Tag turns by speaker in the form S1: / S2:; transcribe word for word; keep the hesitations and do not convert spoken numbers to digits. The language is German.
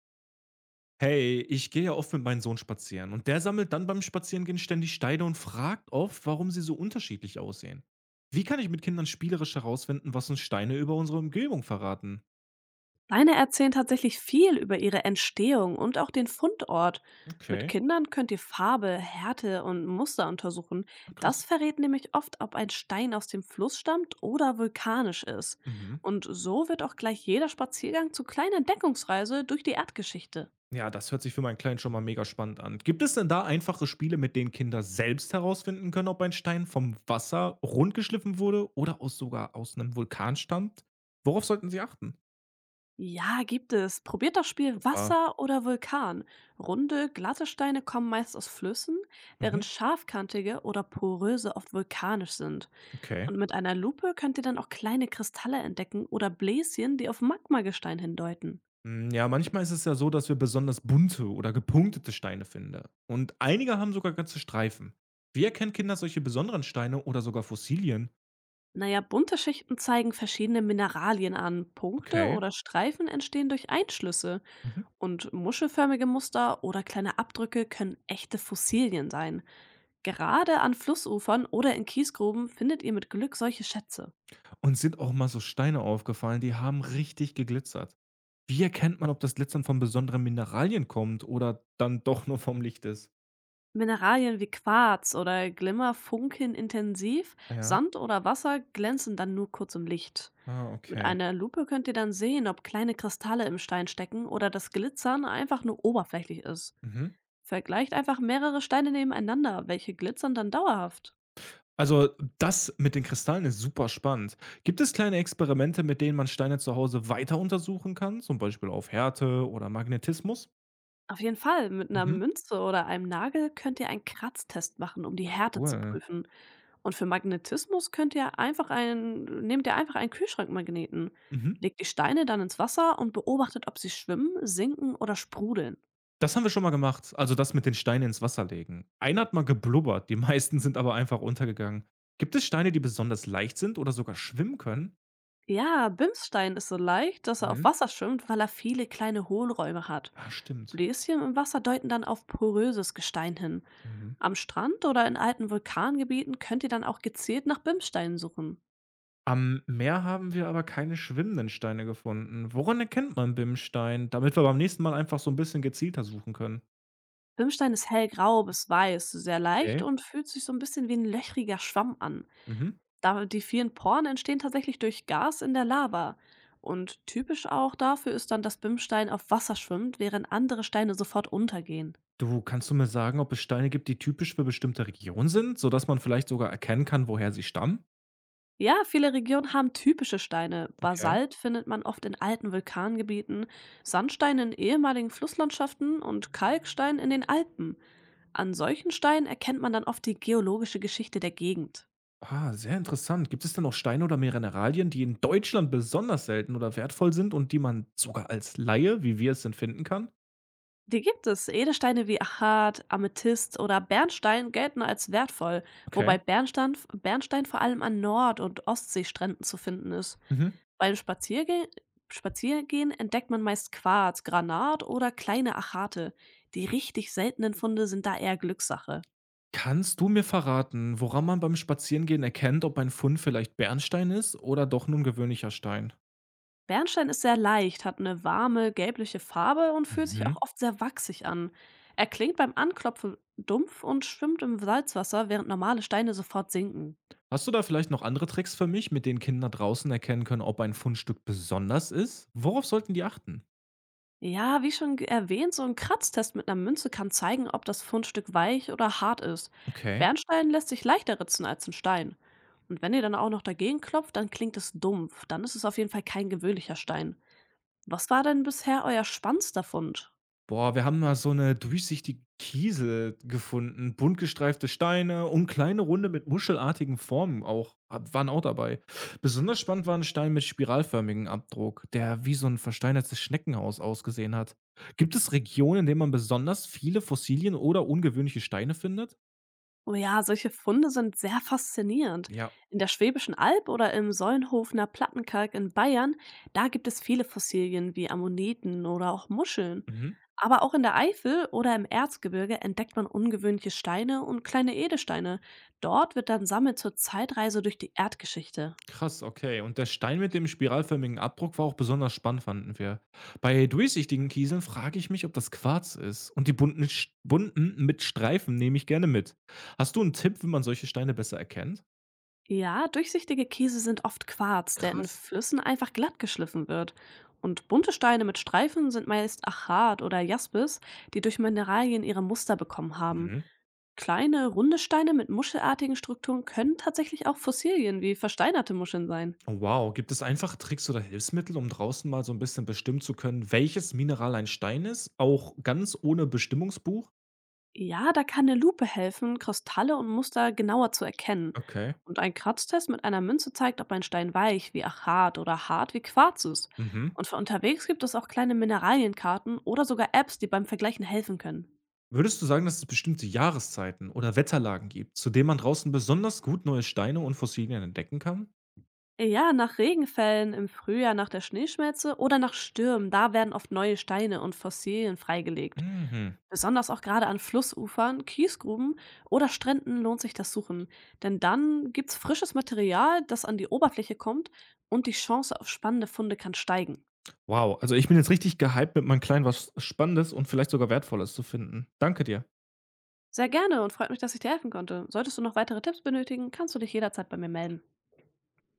S1: Hey, ich gehe ja oft mit meinem Sohn spazieren und der sammelt dann beim Spazierengehen ständig Steine und fragt oft, warum sie so unterschiedlich aussehen. Wie kann ich mit Kindern spielerisch herausfinden, was uns Steine über unsere Umgebung verraten?
S2: Steine erzählen tatsächlich viel über ihre Entstehung und auch den Fundort. Mit
S1: Okay,
S2: Kindern könnt ihr Farbe, Härte und Muster untersuchen.
S1: ah,
S2: Das
S1: krass.
S2: verrät nämlich oft, ob ein Stein aus dem Fluss stammt oder vulkanisch ist.
S1: Mhm.
S2: Und so wird auch gleich jeder Spaziergang zu kleiner Entdeckungsreise durch die Erdgeschichte.
S1: Ja, das hört sich für meinen Kleinen schon mal mega spannend an. Gibt es denn da einfache Spiele, mit denen Kinder selbst herausfinden können, ob ein Stein vom Wasser rundgeschliffen wurde oder aus sogar aus einem Vulkan stammt? Worauf sollten sie achten?
S2: Ja, gibt es. Probiert das Spiel
S1: Ja,
S2: Wasser oder Vulkan. Runde, glatte Steine kommen meist aus Flüssen,
S1: mhm.
S2: während scharfkantige oder poröse oft vulkanisch sind.
S1: Okay.
S2: Und mit einer Lupe könnt ihr dann auch kleine Kristalle entdecken oder Bläschen, die auf Magmagestein hindeuten.
S1: Hm, ja, manchmal ist es ja so, dass wir besonders bunte oder gepunktete Steine finden. Und einige haben sogar ganze Streifen. Wie erkennen Kinder solche besonderen Steine oder sogar Fossilien?
S2: Naja, bunte Schichten zeigen verschiedene Mineralien an. Punkte
S1: Okay.
S2: oder Streifen entstehen durch Einschlüsse.
S1: Mhm.
S2: Und muschelförmige Muster oder kleine Abdrücke können echte Fossilien sein. Gerade an Flussufern oder in Kiesgruben findet ihr mit Glück solche Schätze.
S1: Uns sind auch mal so Steine aufgefallen, die haben richtig geglitzert. Wie erkennt man, ob das Glitzern von besonderen Mineralien kommt oder dann doch nur vom Licht ist?
S2: Mineralien wie Quarz oder Glimmer funkeln intensiv,
S1: Ja.
S2: Sand oder Wasser glänzen dann nur kurz im Licht.
S1: Ah,
S2: Mit
S1: okay.
S2: einer Lupe könnt ihr dann sehen, ob kleine Kristalle im Stein stecken oder das Glitzern einfach nur oberflächlich ist.
S1: Mhm.
S2: Vergleicht einfach mehrere Steine nebeneinander, welche glitzern dann dauerhaft.
S1: Also, das mit den Kristallen ist super spannend. Gibt es kleine Experimente, mit denen man Steine zu Hause weiter untersuchen kann, zum Beispiel auf Härte oder Magnetismus?
S2: Auf jeden Fall, mit einer
S1: Mhm.
S2: Münze oder einem Nagel könnt ihr einen Kratztest machen, um die Härte zu
S1: Cool.
S2: prüfen. Und für Magnetismus könnt ihr einfach einen, nehmt ihr einfach einen Kühlschrankmagneten,
S1: Mhm.
S2: legt die Steine dann ins Wasser und beobachtet, ob sie schwimmen, sinken oder sprudeln.
S1: Das haben wir schon mal gemacht, also das mit den Steinen ins Wasser legen. Einer hat mal geblubbert, die meisten sind aber einfach untergegangen. Gibt es Steine, die besonders leicht sind oder sogar schwimmen können?
S2: Ja, Bimsstein ist so leicht, dass er auf
S1: Mhm.
S2: Wasser schwimmt, weil er viele kleine Hohlräume hat.
S1: Ah, stimmt.
S2: Bläschen im Wasser deuten dann auf poröses Gestein hin.
S1: Mhm.
S2: Am Strand oder in alten Vulkangebieten könnt ihr dann auch gezielt nach Bimssteinen suchen.
S1: Am Meer haben wir aber keine schwimmenden Steine gefunden. Woran erkennt man Bimstein? Damit wir beim nächsten Mal einfach so ein bisschen gezielter suchen können.
S2: Bimsstein ist hellgrau bis weiß, sehr leicht
S1: Okay.
S2: und fühlt sich so ein bisschen wie ein löchriger Schwamm an.
S1: Mhm.
S2: Da die vielen Poren entstehen tatsächlich durch Gas in der Lava. Und typisch auch dafür ist dann, dass Bimsstein auf Wasser schwimmt, während andere Steine sofort untergehen.
S1: Du, kannst du mir sagen, ob es Steine gibt, die typisch für bestimmte Regionen sind, sodass man vielleicht sogar erkennen kann, woher sie stammen?
S2: Ja, viele Regionen haben typische Steine.
S1: Okay.
S2: Basalt findet man oft in alten Vulkangebieten, Sandstein in ehemaligen Flusslandschaften und Kalkstein in den Alpen. An solchen Steinen erkennt man dann oft die geologische Geschichte der Gegend.
S1: Ah, sehr interessant. Gibt es denn auch Steine oder Mineralien, die in Deutschland besonders selten oder wertvoll sind und die man sogar als Laie, wie wir es sind, finden kann?
S2: Die gibt es. Edelsteine wie Achat, Amethyst oder Bernstein gelten als wertvoll,
S1: Okay.
S2: wobei Bernstein, Bernstein vor allem an Nord- und Ostseestränden zu finden ist.
S1: Mhm.
S2: Beim Spazierge Spaziergehen entdeckt man meist Quarz, Granat oder kleine Achate. Die richtig seltenen Funde sind da eher Glückssache.
S1: Kannst du mir verraten, woran man beim Spazierengehen erkennt, ob ein Fund vielleicht Bernstein ist oder doch nun gewöhnlicher Stein?
S2: Bernstein ist sehr leicht, hat eine warme, gelbliche Farbe und fühlt sich
S1: Mhm.
S2: auch oft sehr wachsig an. Er klingt beim Anklopfen dumpf und schwimmt im Salzwasser, während normale Steine sofort sinken.
S1: Hast du da vielleicht noch andere Tricks für mich, mit denen Kinder draußen erkennen können, ob ein Fundstück besonders ist? Worauf sollten die achten?
S2: Ja, wie schon ge- erwähnt, so ein Kratztest mit einer Münze kann zeigen, ob das Fundstück weich oder hart ist.
S1: Okay.
S2: Bernstein lässt sich leichter ritzen als ein Stein. Und wenn ihr dann auch noch dagegen klopft, dann klingt es dumpf. Dann ist es auf jeden Fall kein gewöhnlicher Stein. Was war denn bisher euer spannendster Fund?
S1: Boah, wir haben mal so eine durchsichtige Kiesel gefunden, bunt gestreifte Steine und kleine Runde mit muschelartigen Formen auch ab waren auch dabei. Besonders spannend war ein Stein mit spiralförmigem Abdruck, der wie so ein versteinertes Schneckenhaus ausgesehen hat. Gibt es Regionen, in denen man besonders viele Fossilien oder ungewöhnliche Steine findet?
S2: Oh ja, solche Funde sind sehr faszinierend.
S1: Ja.
S2: In der Schwäbischen Alb oder im Sollenhofener Plattenkalk in Bayern, da gibt es viele Fossilien wie Ammoniten oder auch Muscheln.
S1: Mhm.
S2: Aber auch in der Eifel oder im Erzgebirge entdeckt man ungewöhnliche Steine und kleine Edelsteine. Dort wird dann Sammeln zur Zeitreise durch die Erdgeschichte.
S1: Krass, okay. Und der Stein mit dem spiralförmigen Abdruck war auch besonders spannend, fanden wir. Bei durchsichtigen Kieseln frage ich mich, ob das Quarz ist. Und die bunten, Sch- bunten mit Streifen nehme ich gerne mit. Hast du einen Tipp, wie man solche Steine besser erkennt?
S2: Ja, durchsichtige Kiese sind oft Quarz, der in
S1: Krass.
S2: Flüssen einfach glatt geschliffen wird. Und bunte Steine mit Streifen sind meist Achat oder Jaspis, die durch Mineralien ihre Muster bekommen haben.
S1: Mhm.
S2: Kleine, runde Steine mit muschelartigen Strukturen können tatsächlich auch Fossilien wie versteinerte Muscheln sein.
S1: Oh, wow. Gibt es einfache Tricks oder Hilfsmittel, um draußen mal so ein bisschen bestimmen zu können, welches Mineral ein Stein ist? Auch ganz ohne Bestimmungsbuch?
S2: Ja, da kann eine Lupe helfen, Kristalle und Muster genauer zu erkennen.
S1: Okay.
S2: Und ein Kratztest mit einer Münze zeigt, ob ein Stein weich wie Achat oder hart wie Quarz ist.
S1: Mhm.
S2: Und für unterwegs gibt es auch kleine Mineralienkarten oder sogar Apps, die beim Vergleichen helfen können.
S1: Würdest du sagen, dass es bestimmte Jahreszeiten oder Wetterlagen gibt, zu denen man draußen besonders gut neue Steine und Fossilien entdecken kann?
S2: Ja, nach Regenfällen im Frühjahr nach der Schneeschmelze oder nach Stürmen, da werden oft neue Steine und Fossilien freigelegt.
S1: Mhm.
S2: Besonders auch gerade an Flussufern, Kiesgruben oder Stränden lohnt sich das Suchen, denn dann gibt's frisches Material, das an die Oberfläche kommt und die Chance auf spannende Funde kann steigen.
S1: Wow, also ich bin jetzt richtig gehypt, mit meinem Kleinen was Spannendes und vielleicht sogar Wertvolles zu finden. Danke dir.
S2: Sehr gerne und freut mich, dass ich dir helfen konnte. Solltest du noch weitere Tipps benötigen, kannst du dich jederzeit bei mir melden.